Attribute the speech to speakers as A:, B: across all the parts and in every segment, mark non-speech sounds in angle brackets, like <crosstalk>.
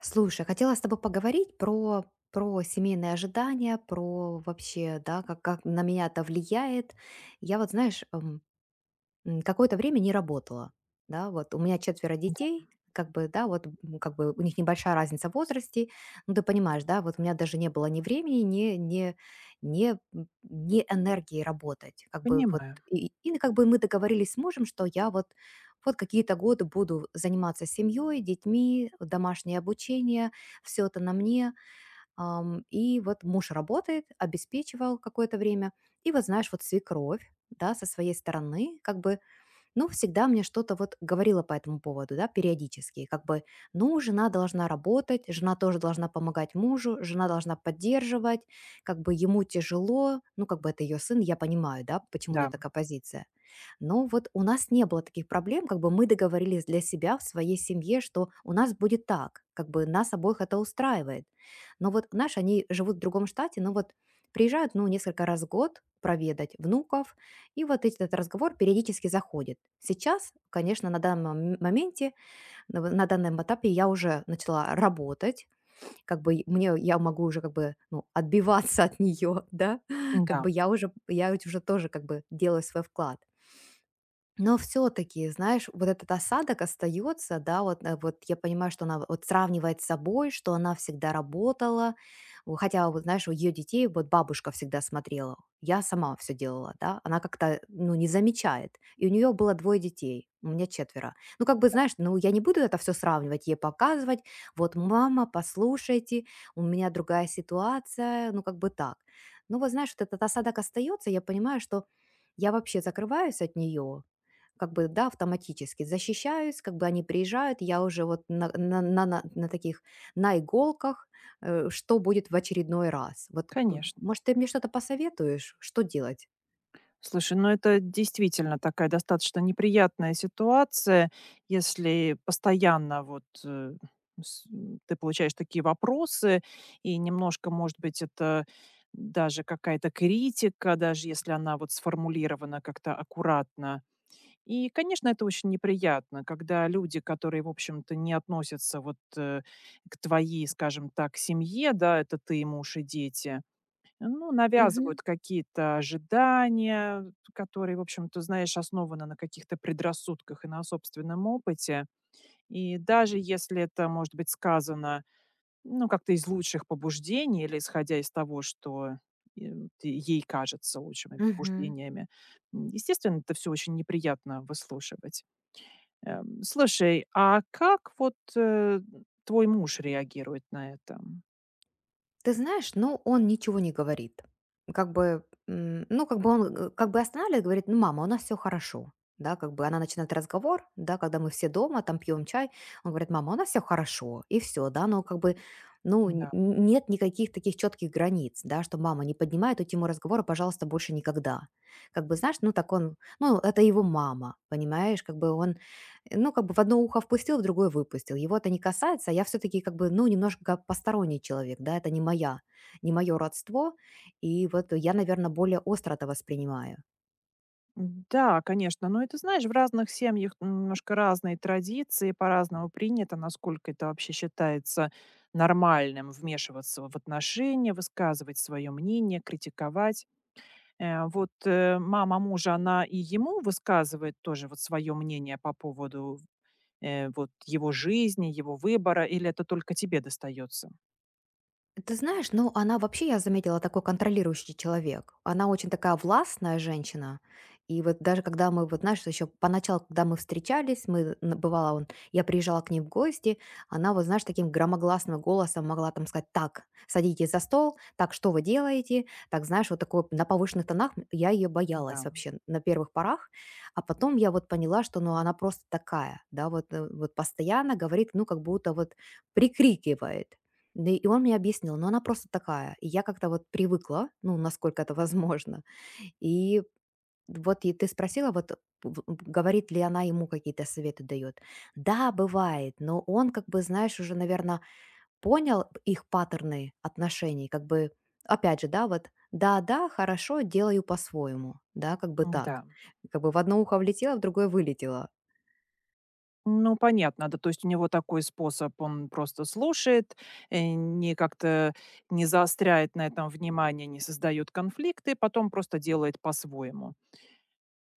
A: Слушай, а хотела с тобой поговорить про семейные ожидания, про вообще, да, как на меня это влияет. Я вот, знаешь, какое-то время не работала, да, вот у меня четверо детей, как бы, да, вот как бы у них небольшая разница в возрасте, ну ты понимаешь, да, вот у меня даже не было ни времени, ни энергии работать, как бы вот,
B: Понимаю,
A: и как бы мы договорились с мужем, что я вот какие-то годы буду заниматься семьей, детьми, домашнее обучение, все это на мне. И вот муж работает, обеспечивал какое-то время. И вот знаешь, вот свекровь, да, со своей стороны, как бы ну, всегда мне что-то вот говорила по этому поводу, да, периодически, как бы, ну, жена должна работать, жена тоже должна помогать мужу, жена должна поддерживать, как бы ему тяжело, ну, как бы это ее сын, я понимаю, да, почему у нее
B: да,
A: такая позиция. Но вот у нас не было таких проблем, как бы мы договорились для себя в своей семье, что у нас будет так, как бы нас обоих это устраивает. Но вот, знаешь, они живут в другом штате, но вот приезжают, ну, несколько раз в год проведать внуков, и вот этот разговор периодически заходит. Сейчас, конечно, на данном моменте, на данном этапе я уже начала работать, как бы и мне, я могу уже как бы, ну, отбиваться от нее, <laughs> да, как
B: да,
A: бы я уже, я ведь уже тоже как бы делаю свой вклад. Но все-таки, знаешь, вот этот осадок остается, да, вот я понимаю, что она вот сравнивает с собой, что она всегда работала, вот хотя, вот знаешь, у ее детей вот бабушка всегда смотрела, я сама все делала, да, она как-то, ну, не замечает, и у нее было двое детей, у меня четверо. Ну, как бы, знаешь, ну, я не буду это все сравнивать, ей показывать, вот, мама, послушайте, у меня другая ситуация, ну, как бы так. Ну, вот, знаешь, вот этот осадок остается, я понимаю, что я вообще закрываюсь от нее, как бы, да, автоматически защищаюсь, как бы они приезжают, я уже вот на таких, на иголках, что будет в очередной раз. Вот,
B: конечно.
A: может, ты мне что-то посоветуешь, что делать?
B: Слушай, ну это действительно такая достаточно неприятная ситуация, если постоянно вот ты получаешь такие вопросы, и немножко, может быть, это даже какая-то критика, даже если она вот сформулирована как-то аккуратно. И, конечно, это очень неприятно, когда люди, которые, в общем-то, не относятся вот к твоей, скажем так, семье, да, это ты, муж и дети, ну,
A: Мгм.
B: навязывают какие-то ожидания, которые, в общем-то, знаешь, основаны на каких-то предрассудках и на собственном опыте. И даже если это, может быть, сказано, ну, как-то из лучших побуждений или исходя из того, что ты- ей кажется лучшими
A: Мгм.
B: побуждениями, естественно, это все очень неприятно выслушивать. Слушай, а как вот твой муж реагирует на это?
A: Ты знаешь, ну, он ничего не говорит. Как бы, ну, как бы он, как бы останавливает, говорит, ну, мама, у нас все хорошо. Да, как бы она начинает разговор, да, когда мы все дома, там пьем чай, он говорит, мама, у нас все хорошо, и все, да, но как бы, ну, нет никаких таких четких границ, да, что мама не поднимает эту тему разговора, пожалуйста, больше никогда. Как бы, знаешь, ну, так он, ну, это его мама, понимаешь, как бы он, ну, как бы в одно ухо впустил, в другое выпустил. Его это не касается. А я все-таки как бы, ну, немножко как посторонний человек, да, это не моя, не мое родство. И вот я, наверное, более остро это воспринимаю.
B: Да, конечно. Но это, знаешь, в разных семьях немножко разные традиции, по-разному принято, насколько это вообще считается нормальным вмешиваться в отношения, высказывать свое мнение, критиковать. Вот мама мужа, она и ему высказывает тоже вот свое мнение по поводу вот его жизни, его выбора, или это только тебе достается?
A: Ты знаешь, ну, она вообще, я заметила, такой контролирующий человек. Она очень такая властная женщина. И вот даже когда мы, вот знаешь, еще поначалу, когда мы встречались, мы, н- бывало, он, я приезжала к ней в гости, она вот, знаешь, таким громогласным голосом могла там сказать, так, садитесь за стол, так, что вы делаете? Так, знаешь, вот такой на повышенных тонах я ее боялась
B: Да,
A: вообще на первых порах. А потом я вот поняла, что, ну, она просто такая, да, вот постоянно говорит, ну, как будто вот прикрикивает. Да и он мне объяснил, но она просто такая. И я как-то вот привыкла, ну, насколько это возможно. И вот и ты спросила, вот, говорит ли она ему какие-то советы дает. Да, бывает, но он как бы, знаешь, уже, наверное, понял их паттерны отношений, как бы, опять же, да, вот, да-да, хорошо, делаю по-своему, да, как бы так.
B: да.
A: Как бы в одно ухо влетело, в другое вылетело.
B: Ну, понятно, да. То есть у него такой способ, он просто слушает, не как-то не заостряет на этом внимание, не создает конфликты, потом просто делает по-своему.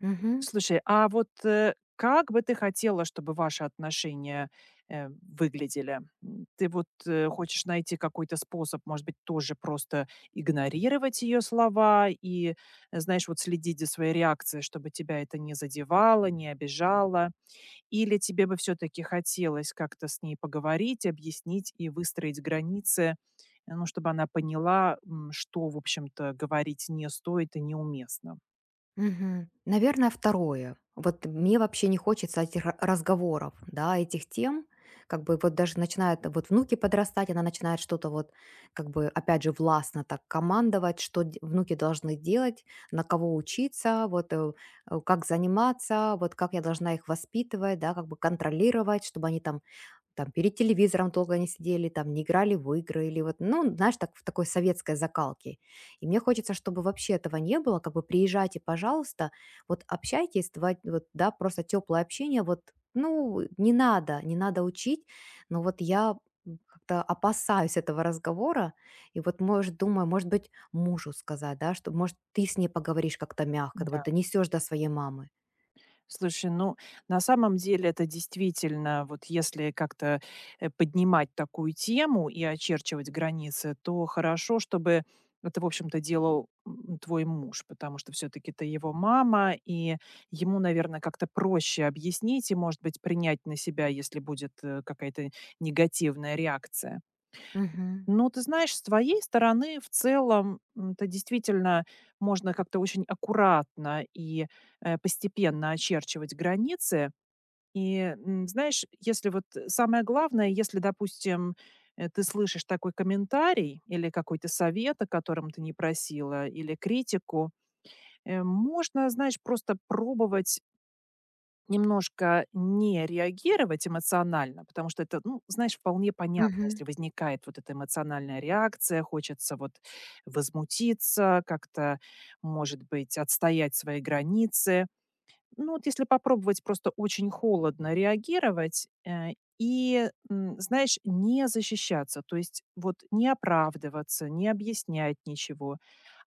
A: Мгм.
B: Слушай, а вот, как бы ты хотела, чтобы ваши отношения выглядели? Ты вот хочешь найти какой-то способ, может быть, тоже просто игнорировать ее слова и, знаешь, вот следить за своей реакцией, чтобы тебя это не задевало, не обижало? Или тебе бы все таки хотелось как-то с ней поговорить, объяснить и выстроить границы, ну, чтобы она поняла, что, в общем-то, говорить не стоит и неуместно?
A: Мгм. Наверное, второе. Вот мне вообще не хочется этих разговоров, да, этих тем. Как бы вот даже начинают вот внуки подрастать, она начинает что-то вот, как бы, опять же, властно так командовать, что внуки должны делать, на кого учиться, вот, как заниматься, вот как я должна их воспитывать, да, как бы контролировать, чтобы они там перед телевизором долго не сидели, там не играли в игры или вот, ну, знаешь, так в такой советской закалке. И мне хочется, чтобы вообще этого не было, как бы приезжайте, пожалуйста, вот общайтесь, вот, да, просто теплое общение, вот, ну, не надо, не надо учить, но вот я, как-то опасаюсь этого разговора, и вот, может, думаю, может быть, мужу сказать, да, что, может, ты с ней поговоришь как-то мягко, вот
B: Да.
A: донесешь до своей мамы.
B: Слушай, ну, на самом деле это действительно, вот если как-то поднимать такую тему и очерчивать границы, то хорошо, чтобы это, в общем-то, делал твой муж, потому что все-таки ты его мама, и ему, наверное, как-то проще объяснить и, может быть, принять на себя, если будет какая-то негативная реакция.
A: Мгм.
B: Ну, ты знаешь, с твоей стороны в целом это действительно можно как-то очень аккуратно и постепенно очерчивать границы. И знаешь, если вот самое главное, если, допустим, ты слышишь такой комментарий или какой-то совет, о котором ты не просила, или критику, можно, знаешь, просто пробовать немножко не реагировать эмоционально, потому что это, ну, знаешь, вполне понятно,
A: Мгм.
B: если возникает вот эта эмоциональная реакция, хочется вот возмутиться, как-то, может быть, отстоять свои границы. Ну, вот если попробовать просто очень холодно реагировать и, знаешь, не защищаться, то есть вот не оправдываться, не объяснять ничего,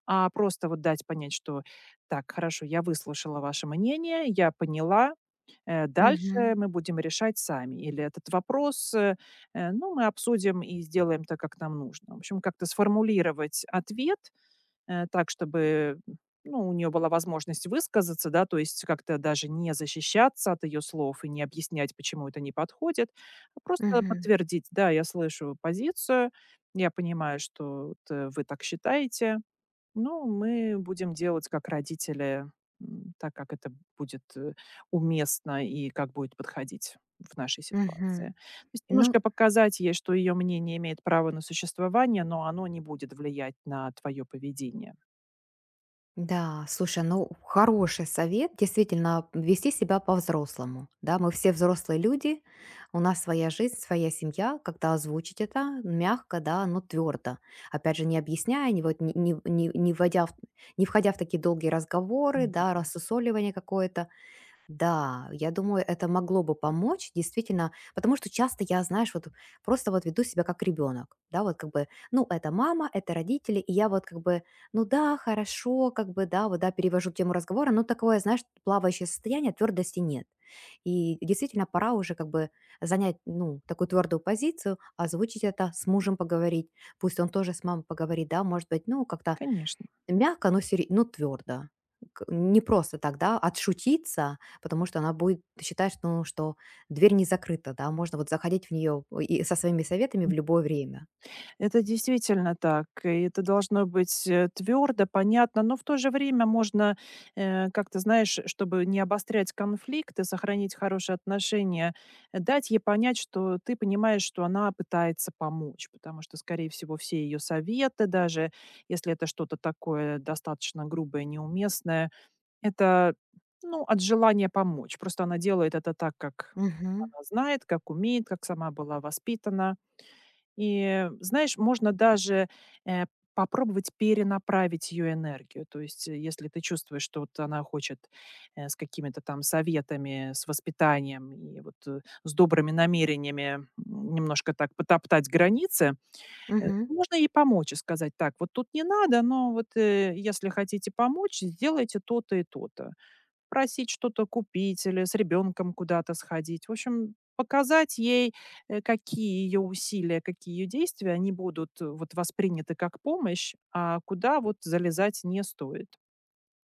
B: а просто вот дать понять, что так, хорошо, я выслушала ваше мнение, я поняла, дальше
A: Мгм.
B: мы будем решать сами. Или этот вопрос, ну, мы обсудим и сделаем так, как нам нужно. В общем, как-то сформулировать ответ так, чтобы ну, у нее была возможность высказаться, да, то есть как-то даже не защищаться от ее слов и не объяснять, почему это не подходит, а просто
A: Мгм.
B: подтвердить, да, я слышу позицию, я понимаю, что вот, вы так считаете, ну, мы будем делать как родители, так как это будет уместно и как будет подходить в нашей ситуации.
A: Мгм.
B: То есть немножко
A: Ну,
B: показать ей, что ее мнение имеет право на существование, но оно не будет влиять на твое поведение.
A: да, слушай, ну хороший совет, действительно, вести себя по-взрослому. Да, мы все взрослые люди, у нас своя жизнь, своя семья, когда озвучить это мягко, да, но твердо. Опять же, не объясняя, не, вот, не, не, не, не вводя в- не входя в такие долгие разговоры, да,
B: Мгм.
A: рассусоливание какое-то, да, я думаю, это могло бы помочь, действительно, потому что часто я, знаешь, вот просто вот веду себя как ребенок, да, вот как бы, ну, это мама, это родители, и я вот как бы, ну да, хорошо, как бы, да, вот да, перевожу тему разговора, но такое, знаешь, плавающее состояние, твердости нет. И действительно, пора уже как бы занять, ну, такую твердую позицию, озвучить это, с мужем поговорить, пусть он тоже с мамой поговорит, да, может быть, ну, как-то
B: Конечно.
A: мягко, но твердо, К не просто так, да, отшутиться, потому что она будет считать, что, ну, что дверь не закрыта, да, можно вот заходить в нее и со своими советами в любое время.
B: Это действительно так. И это должно быть твердо, понятно, но в то же время можно как-то, знаешь, чтобы не обострять конфликт и сохранить хорошие отношения, дать ей понять, что ты понимаешь, что она пытается помочь, потому что, скорее всего, все ее советы, даже если это что-то такое достаточно грубое, неуместное, это ну, от желания помочь. Просто она делает это так, как
A: Мгм,
B: она знает, как умеет, как сама была воспитана. И, знаешь, можно даже, э, попробовать перенаправить ее энергию. То есть, если ты чувствуешь, что вот она хочет, с какими-то там советами, с воспитанием и вот, с добрыми намерениями, немножко так потоптать границы,
A: мгм.
B: можно ей помочь и сказать: "Так, вот тут не надо, но вот, если хотите помочь, сделайте то-то и то-то", просить что-то купить или с ребенком куда-то сходить. В общем, показать ей, какие ее усилия, какие ее действия, они будут вот восприняты как помощь, а куда вот залезать не стоит.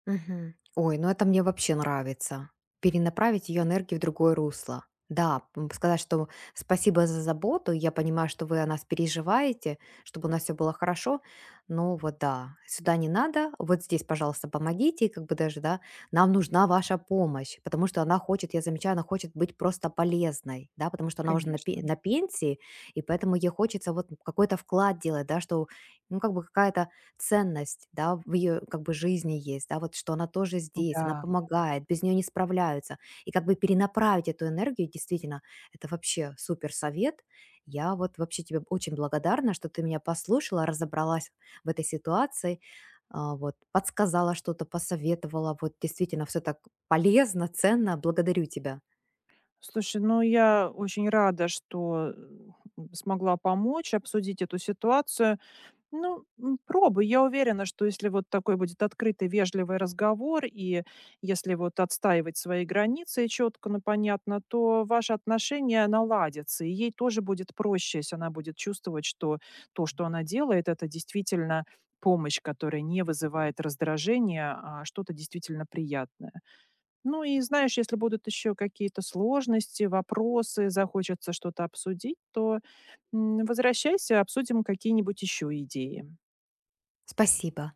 A: Мгм. Ой, ну это мне вообще нравится. Перенаправить ее энергию в другое русло. Да, сказать, что спасибо за заботу, я понимаю, что вы о нас переживаете, чтобы у нас все было хорошо, но вот да, сюда не надо, вот здесь, пожалуйста, помогите, и как бы даже, да, нам нужна ваша помощь, потому что она хочет, я замечаю, она хочет быть просто полезной, да, потому что она уже
B: Конечно.
A: на пенсии, и поэтому ей хочется вот какой-то вклад делать, да, что, ну, как бы какая-то ценность, да, в ее как бы жизни есть, да, вот что она тоже здесь, она
B: Да.
A: помогает, без нее не справляются. И как бы перенаправить эту энергию, действительно, это вообще супер совет. Я вот вообще тебе очень благодарна, что ты меня послушала, разобралась в этой ситуации, а, вот, подсказала что-то, посоветовала, вот действительно все так полезно, ценно, благодарю тебя.
B: Слушай, ну я очень рада, что смогла помочь обсудить эту ситуацию. Ну, пробуй. Я уверена, что если вот такой будет открытый, вежливый разговор, и если вот отстаивать свои границы четко, но понятно, то ваши отношения наладятся, и ей тоже будет проще, если она будет чувствовать, что то, что она делает, это действительно помощь, которая не вызывает раздражения, а что-то действительно приятное. Ну и знаешь, если будут еще какие-то сложности, вопросы, захочется что-то обсудить, то возвращайся, обсудим какие-нибудь еще идеи.
A: Спасибо.